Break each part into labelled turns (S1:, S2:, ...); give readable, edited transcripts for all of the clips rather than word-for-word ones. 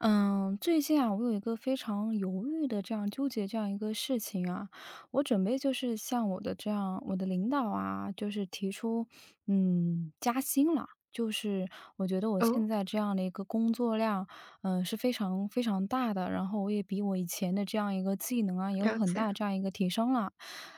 S1: 嗯，最近啊，我有一个非常犹豫的这样纠结这样一个事情啊，我准备就是向我的这样我的领导啊，就是提出，加薪了。就是我觉得我
S2: 哦，
S1: 现在这样的一个工作量，是非常非常大的，然后我也比我以前的这样一个技能啊，也有
S2: 了
S1: 很
S2: 解，
S1: 大这样一个提升了，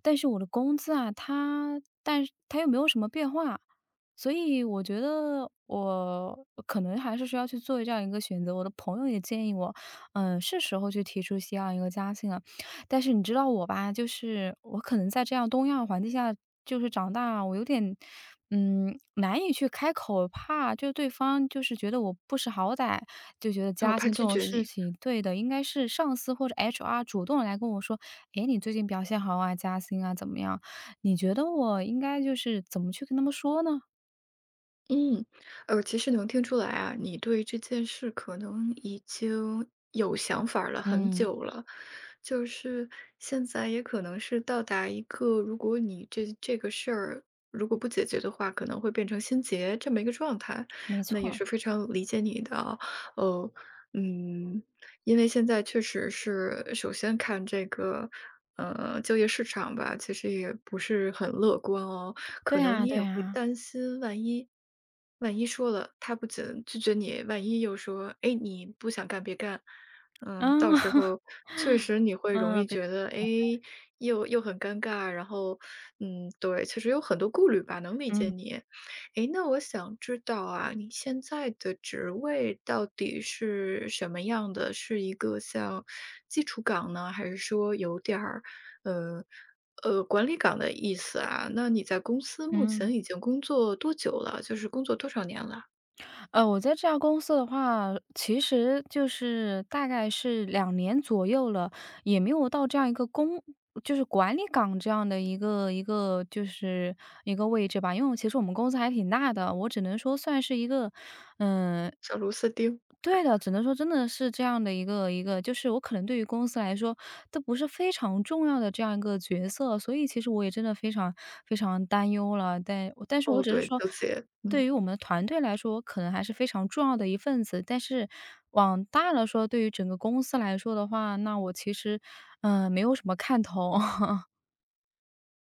S1: 但是我的工资啊，它但是它又没有什么变化，所以我觉得我可能还是需要去做这样一个选择。我的朋友也建议我，是时候去提出西样一个加薪了。但是你知道我吧，就是我可能在这样东亚环境下就是长大，我有点，难以去开口，怕就对方就是觉得我不识好歹，就觉得
S2: 那我
S1: 加
S2: 怕
S1: 薪这
S2: 拒
S1: 种
S2: 绝
S1: 事
S2: 你。
S1: 情，对的，应该是上司或者 HR 主动来跟我说，诶，你最近表现好啊，加薪啊，怎么样？你觉得我应该就是怎么去跟他们说呢？
S2: 嗯，其实能听出来啊，你对这件事可能已经有想法儿了很
S1: 嗯，
S2: 久了，就是现在也可能是到达一个，如果你这个事儿如果不解决的话，可能会变成心结这么一个状态，
S1: 没
S2: 那也
S1: 错，
S2: 是非常理解你的啊。呃，嗯，因为现在确实是首先看这个。呃，就业市场吧，其实也不是很乐观哦。可
S1: 对
S2: 能
S1: 啊
S2: 你
S1: 对
S2: 也会
S1: 啊，
S2: 担心，万一说了，他不仅拒绝你，万一又说，哎，你不想干别干，嗯，到
S1: 嗯
S2: 时候确 实你会容
S1: 嗯，
S2: 易
S1: 比
S2: 觉得，哎，又很尴尬，然后，嗯，对，确实有很多顾虑吧，能理解
S1: 嗯
S2: 你。哎，那我想知道啊，你现在的职位到底是什么样的？是一个像基础岗呢，还是说有点儿，呃？呃，管理岗的意思啊，那你在公司目
S1: 嗯，
S2: 前已经工作多久了？就是工作多少年了？
S1: 我在这家公司的话，其实就是大概是两年左右了，也没有到这样一个公就是管理岗这样的一个就是一个位置吧。因为其实我们公司还挺大的，我只能说算是一个，嗯。
S2: 小螺丝钉。
S1: 对的，只能说真的是这样的一个就是我可能对于公司来说，都不是非常重要的这样一个角色，所以其实我也真的非常非常担忧了。但是我
S2: 哦，
S1: 只是
S2: 对，
S1: 说，
S2: 纠结，
S1: 对
S2: 嗯。
S1: 于我们的团队来说，我可能还是非常重要的一份子。但是往大了说，对于整个公司来说的话，那我其实，没有什么看头。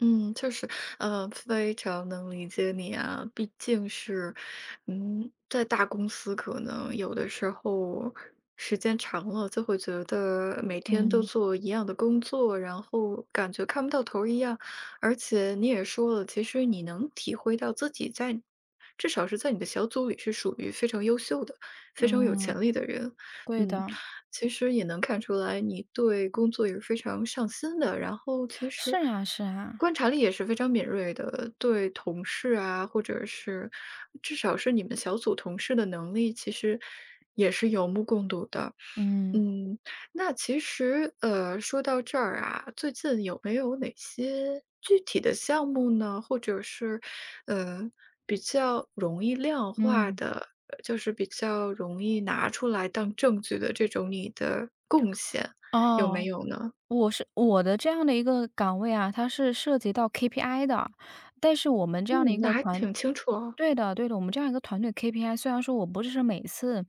S2: 嗯，确实，呃，非常能理解你啊，毕竟是，嗯，在大公司可能有的时候时间长了就会觉得每天都
S1: 嗯
S2: 做一样的工作，然后感觉看不到头儿一样。而且你也说了，其实你能体会到自己在，至少是在你的小组里是属于非常优秀的、非常有
S1: 嗯，
S2: 潜力的人。
S1: 对
S2: 嗯，
S1: 的，
S2: 其实也能看出来你对工作也是非常上心的，然后其
S1: 是
S2: 实
S1: 啊，是啊，
S2: 观察力也是非常敏锐的，对同事啊，或者是至少是你们小组同事的能力，其实也是有目共睹的。
S1: 嗯
S2: 嗯，那其实，呃，说到这儿啊，最近有没有哪些具体的项目呢？或者是，呃，比较容易量化
S1: 嗯。
S2: 的，就是比较容易拿出来当证据的这种你的贡献，有没
S1: 哦，
S2: 有呢？
S1: 我的这样的一个岗位啊，它是涉及到 KPI 的，但是我们这样的一
S2: 嗯，那
S1: 个
S2: 还
S1: 团
S2: 挺清楚哦，
S1: 对的，对的，我们这样一个团队 KPI,虽然说我不是每次，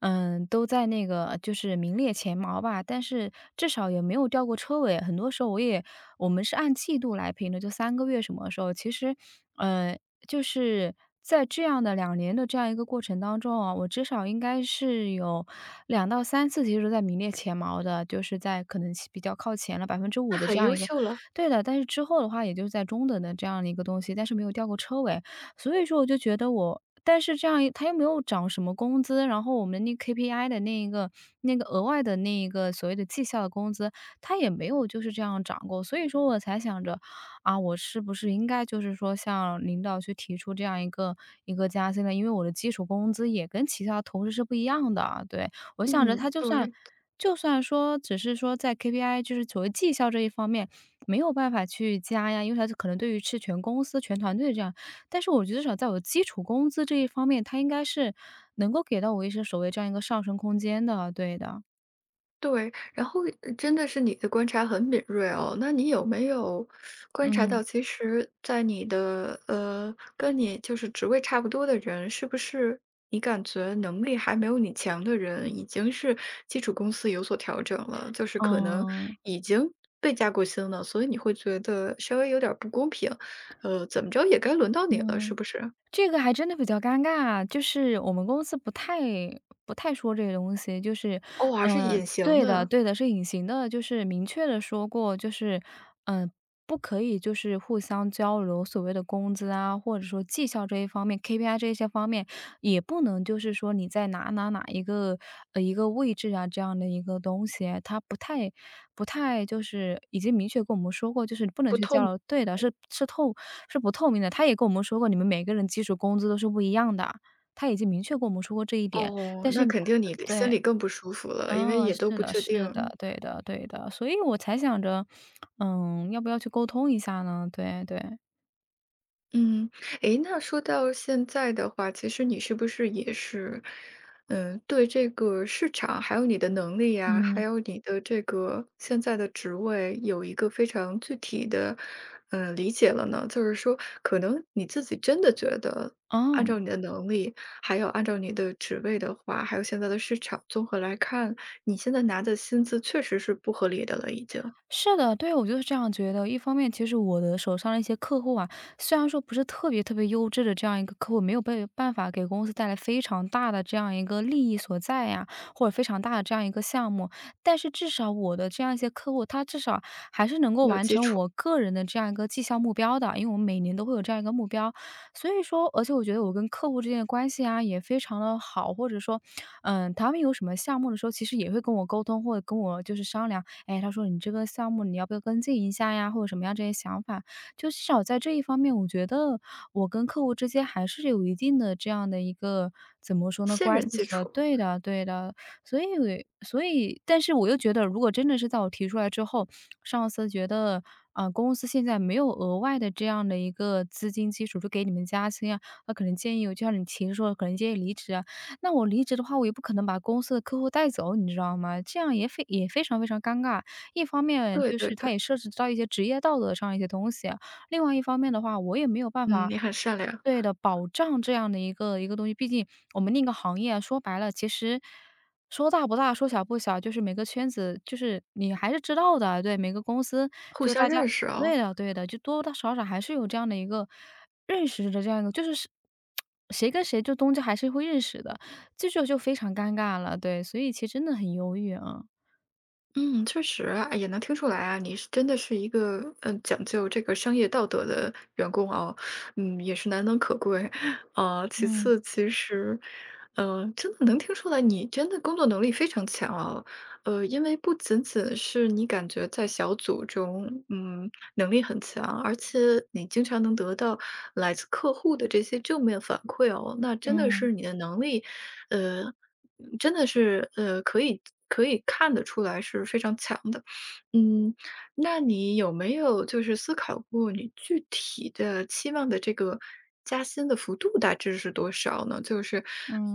S1: 嗯，都在那个就是名列前茅吧，但是至少也没有掉过车尾。很多时候我也我们是按季度来评的，就三个月什么时候，其实，呃，就是在这样的两年的这样一个过程当中啊，我至少应该是有两到三次其实在名列前茅的，就是在可能比较靠前了5%
S2: 那
S1: 的这
S2: 很
S1: 样
S2: 优
S1: 一个，
S2: 秀了。
S1: 对的。但是之后的话，也就是在中等的这样的一个东西，但是没有掉过车尾。所以说我就觉得我但是这样一他又没有涨什么工资，然后我们那 KPI 的那一个那个额外的那一个所谓的绩效的工资，他也没有就是这样涨过。所以说我才想着，啊，我是不是应该就是说向领导去提出这样一个加薪呢？因为我的基础工资也跟其他同事是不一样的啊，对。我想着他
S2: 嗯，
S1: 就算
S2: 对。
S1: 说只是说在 KPI 就是所谓绩效这一方面没有办法去加呀，因为他是可能对于是全公司全团队这样，但是我觉得至少在我的基础工资这一方面，它应该是能够给到我一些所谓这样一个上升空间的，对的。
S2: 对，然后真的是你的观察很敏锐哦。那你有没有观察
S1: 嗯，
S2: 到，其实，在你的跟你就是职位差不多的人，是不是你感觉能力还没有你强的人，已经是基础公司有所调整了，就是可能
S1: 嗯，
S2: 已经被加过薪了，所以你会觉得稍微有点儿不公平，呃，怎么着也该轮到你了，是
S1: 嗯。
S2: 不是？
S1: 这个还真的比较尴尬，就是我们公司不太说这个东西，就是，
S2: 哦，还是
S1: 嗯，
S2: 隐形
S1: 对的
S2: 的，
S1: 对的，是隐形的，就是明确的说过，就是，嗯，不可以就是互相交流所谓的工资啊，或者说绩效这一方面，KPI 这些方面，也不能就是说你在哪哪哪一个一个位置啊，这样的一个东西，它不太就是已经明确跟我们说过，就是你不能
S2: 不
S1: 去
S2: 透
S1: 交
S2: 明。
S1: 流对的，是是透是不透明的。他也跟我们说过，你们每个人基础工资都是不一样的，他已经明确跟我们说过这一点。
S2: 哦，
S1: 但是
S2: 那
S1: 他
S2: 肯定你心
S1: 对，
S2: 里更不舒服了，因为
S1: 嗯，
S2: 也都
S1: 是
S2: 不
S1: 的
S2: 确
S1: 是的，
S2: 定。
S1: 对的对的，所以我才想着，要不要去沟通一下呢？对对，
S2: 嗯，诶，那说到现在的话，其实你是不是也是，嗯，对这个市场，还有你的能力呀，还
S1: 嗯，
S2: 有你的这个现在的职位，有一个非常具体的，嗯，理解了呢？就是说，可能你自己真的觉得，按
S1: 哦。
S2: 照你的能力，还有按照你的职位的话，还有现在的市场，综合来看，你现在拿的薪资确实是不合理的了，已经
S1: 是的，对，我就是这样觉得。一方面，其实我的手上的一些客户啊，虽然说不是特别特别优质的这样一个客户，没有被办法给公司带来非常大的这样一个利益所在呀，或者非常大的这样一个项目，但是至少我的这样一些客户，他至少还是能够
S2: 有
S1: 完
S2: 基
S1: 成
S2: 础，
S1: 我个人的这样一个绩效目标的，因为我们每年都会有这样一个目标。所以说，而且我觉得我跟客户之间的关系啊，也非常的好，或者说，他们有什么项目的时候，其实也会跟我沟通，或者跟我就是商量。哎，他说你这个项目你要不要跟进一下呀，或者什么样这些想法。就至少在这一方面，我觉得我跟客户之间还是有一定的这样的一个怎么说呢，
S2: 先
S1: 关
S2: 人
S1: 系
S2: 基
S1: 所
S2: 础。
S1: 对的对的。所以所以但是我又觉得，如果真的是在我提出来之后，上司觉得，啊，公司现在没有额外的这样的一个资金基础，就给你们加薪啊，那可能建议我就像你提示说，可能建议离职啊。那我离职的话，我也不可能把公司的客户带走，你知道吗？这样也非常非常尴尬。一方面
S2: 对
S1: 就
S2: 对
S1: 是它
S2: 对，
S1: 也涉及到一些职业道德上一些东西，另外一方面的话，我也没有办
S2: 嗯，
S1: 法
S2: 你很善良。
S1: 对的，保障这样的一个东西。毕竟我们那个行业说白了，其实说大不大，说小不小，就是每个圈子，就是你还是知道的，对，每个公司
S2: 互
S1: 就
S2: 相
S1: 大家
S2: 认识哦，
S1: 对的对的，就多多少少还是有这样的一个认识的这样一个，就是是 谁跟谁就东家还是会认识的。这就非常尴尬了，对，所以其实真的很犹豫啊。
S2: 嗯，确实啊，也能听出来啊，你是真的是一个讲究这个商业道德的员工哦，嗯，也是难能可贵。呃，其
S1: 嗯，
S2: 次，其实，呃，真的能听出来你真的工作能力非常强哦，呃，因为不仅仅是你感觉在小组中，嗯，能力很强，而且你经常能得到来自客户的这些正面反馈哦，那真的
S1: 嗯，
S2: 是你的能力，呃，真的是可以看得出来是非常强的。嗯，那你有没有就是思考过你具体的期望的这个加薪的幅度大致是多少呢？就是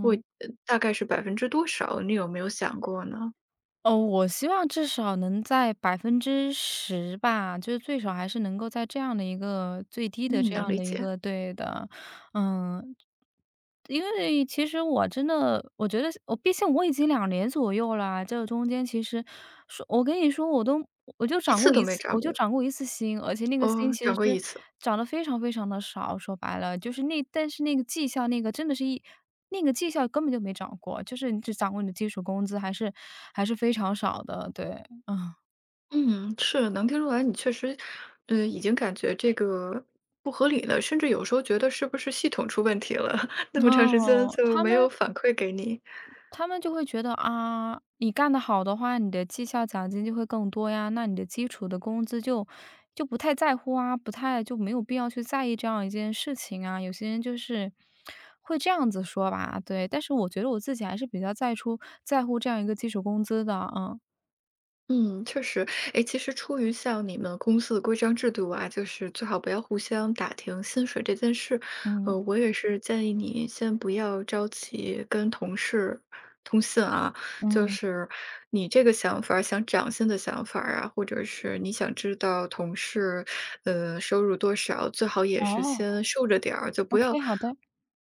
S2: 会大概是百分之多少？你有没有想过呢？
S1: 哦，我希望至少能在10%吧，就是最少还是能够在这样的一个最低的
S2: 嗯，
S1: 这
S2: 能
S1: 样
S2: 理
S1: 的一
S2: 解，
S1: 个对的。嗯，因为其实我真的，我觉得我毕竟我已经两年左右啦，这个中间其实说我跟你说我都
S2: 一次都没涨
S1: 我就
S2: 过，
S1: 涨过一次薪，而且那个薪
S2: 哦，
S1: 其实
S2: 涨过
S1: 是
S2: 一次。
S1: 长得非常非常的少，说白了，就是那但是那个绩效那个真的是一那个绩效根本就没涨过，就是你只涨过你的基础工资，还是非常少的，对，嗯。
S2: 嗯，是，能听出来你确实，嗯，已经感觉这个不合理了，甚至有时候觉得是不是系统出问题了，那么长时间
S1: 哦，
S2: 就
S1: 他
S2: 没
S1: 们
S2: 有反馈给你。
S1: 他们就会觉得啊，你干得好的话，你的绩效奖金就会更多呀，那你的基础的工资就不太在乎啊，不太就没有必要去在意这样一件事情啊。有些人就是会这样子说吧，对。但是我觉得我自己还是比较在乎这样一个基础工资的，嗯，
S2: 嗯，确实，哎，其实出于像你们公司的规章制度啊，就是最好不要互相打听薪水这件事。
S1: 嗯，
S2: 呃，我也是建议你先不要着急跟同事通信啊，就
S1: 嗯，
S2: 是你这个想法儿想涨薪的想法儿啊，或者是你想知道同事收入多少，最好也是
S1: 哦
S2: 先竖着点儿，就不要。
S1: ，OK,好的，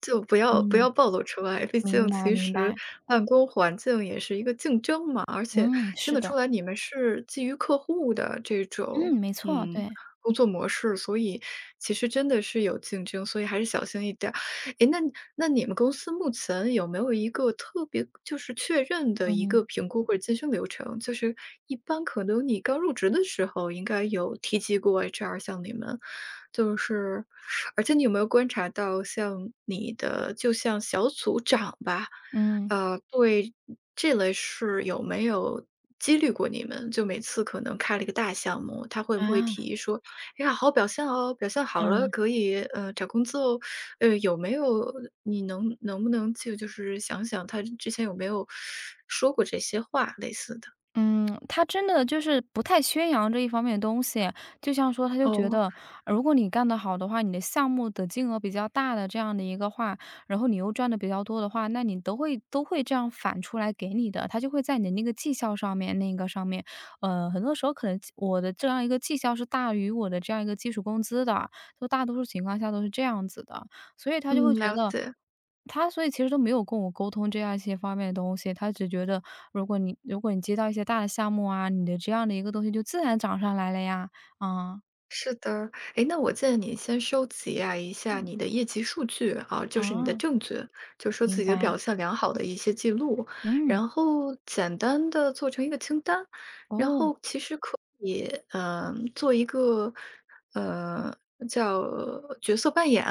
S2: 就不要
S1: 嗯，
S2: 暴露出来，毕竟
S1: 明白
S2: 其
S1: 明
S2: 实
S1: 白，
S2: 办公环境也是一个竞争嘛，而且
S1: 嗯，
S2: 听
S1: 是
S2: 得
S1: 的，
S2: 出来你们是基于客户的这
S1: 嗯，
S2: 种，
S1: 没错，
S2: 嗯，
S1: 对，
S2: 工作模式，所以其实真的是有竞争，所以还是小心一点儿。诶，那你们公司目前有没有一个特别就是确认的一
S1: 嗯，
S2: 个评估或者晋升流程？就是一般可能你刚入职的时候应该有提及过 HR 向你们，就是而且你有没有观察到像你的就像小组长吧？
S1: 嗯，
S2: 呃，对这类事有没有激励过你们？就每次可能开了一个大项目，他会不会提
S1: 啊，
S2: 议说：“哎呀，好好表现哦，表现好了
S1: 嗯。
S2: 可以，呃，找工作哦。”呃，有没有你能能不能就是想想他之前有没有说过这些话，类似的？
S1: 嗯，他真的就是不太宣扬这一方面的东西，就像说他就觉
S2: 哦。
S1: 得，如果你干得好的话，你的项目的金额比较大的这样的一个话，然后你又赚的比较多的话，那你都会这样返出来给你的，他就会在你的那个绩效上面那个上面，很多时候可能我的这样一个绩效是大于我的这样一个基础工资的，就大多数情况下都是这样子的。所以他就会
S2: 嗯，
S1: 觉
S2: 了
S1: 得
S2: 解。
S1: 他所以其实都没有跟我沟通这样一些方面的东西，他只觉得如果你接到一些大的项目啊，你的这样的一个东西就自然涨上来了呀。啊，
S2: 是的，哎，那我建议你先收集啊一下你的业绩数据啊，就是你的
S1: 嗯啊，
S2: 证据，就说
S1: 明
S2: 自己的
S1: 白，
S2: 表现良好的一些记录，
S1: 嗯，
S2: 然后简单的做成一个清单，然
S1: 哦，
S2: 后其实可以嗯，做一个呃叫角色扮演，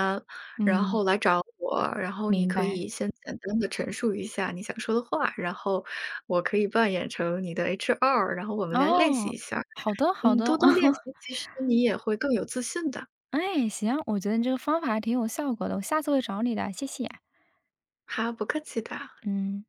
S2: 然
S1: 嗯，
S2: 后来找我，然后你
S1: 明
S2: 可
S1: 白，
S2: 以先简单的陈述一下你想说的话，然后我可以扮演成你的 HR，然后我们来练习
S1: 哦，
S2: 一下。
S1: 好的好
S2: 嗯，
S1: 的。
S2: 多多练习，其实你也会更有自信的。
S1: 哎，行，我觉得你这个方法还挺有效果的，我下次会找你的，谢谢。
S2: 好，不客气的。
S1: 嗯。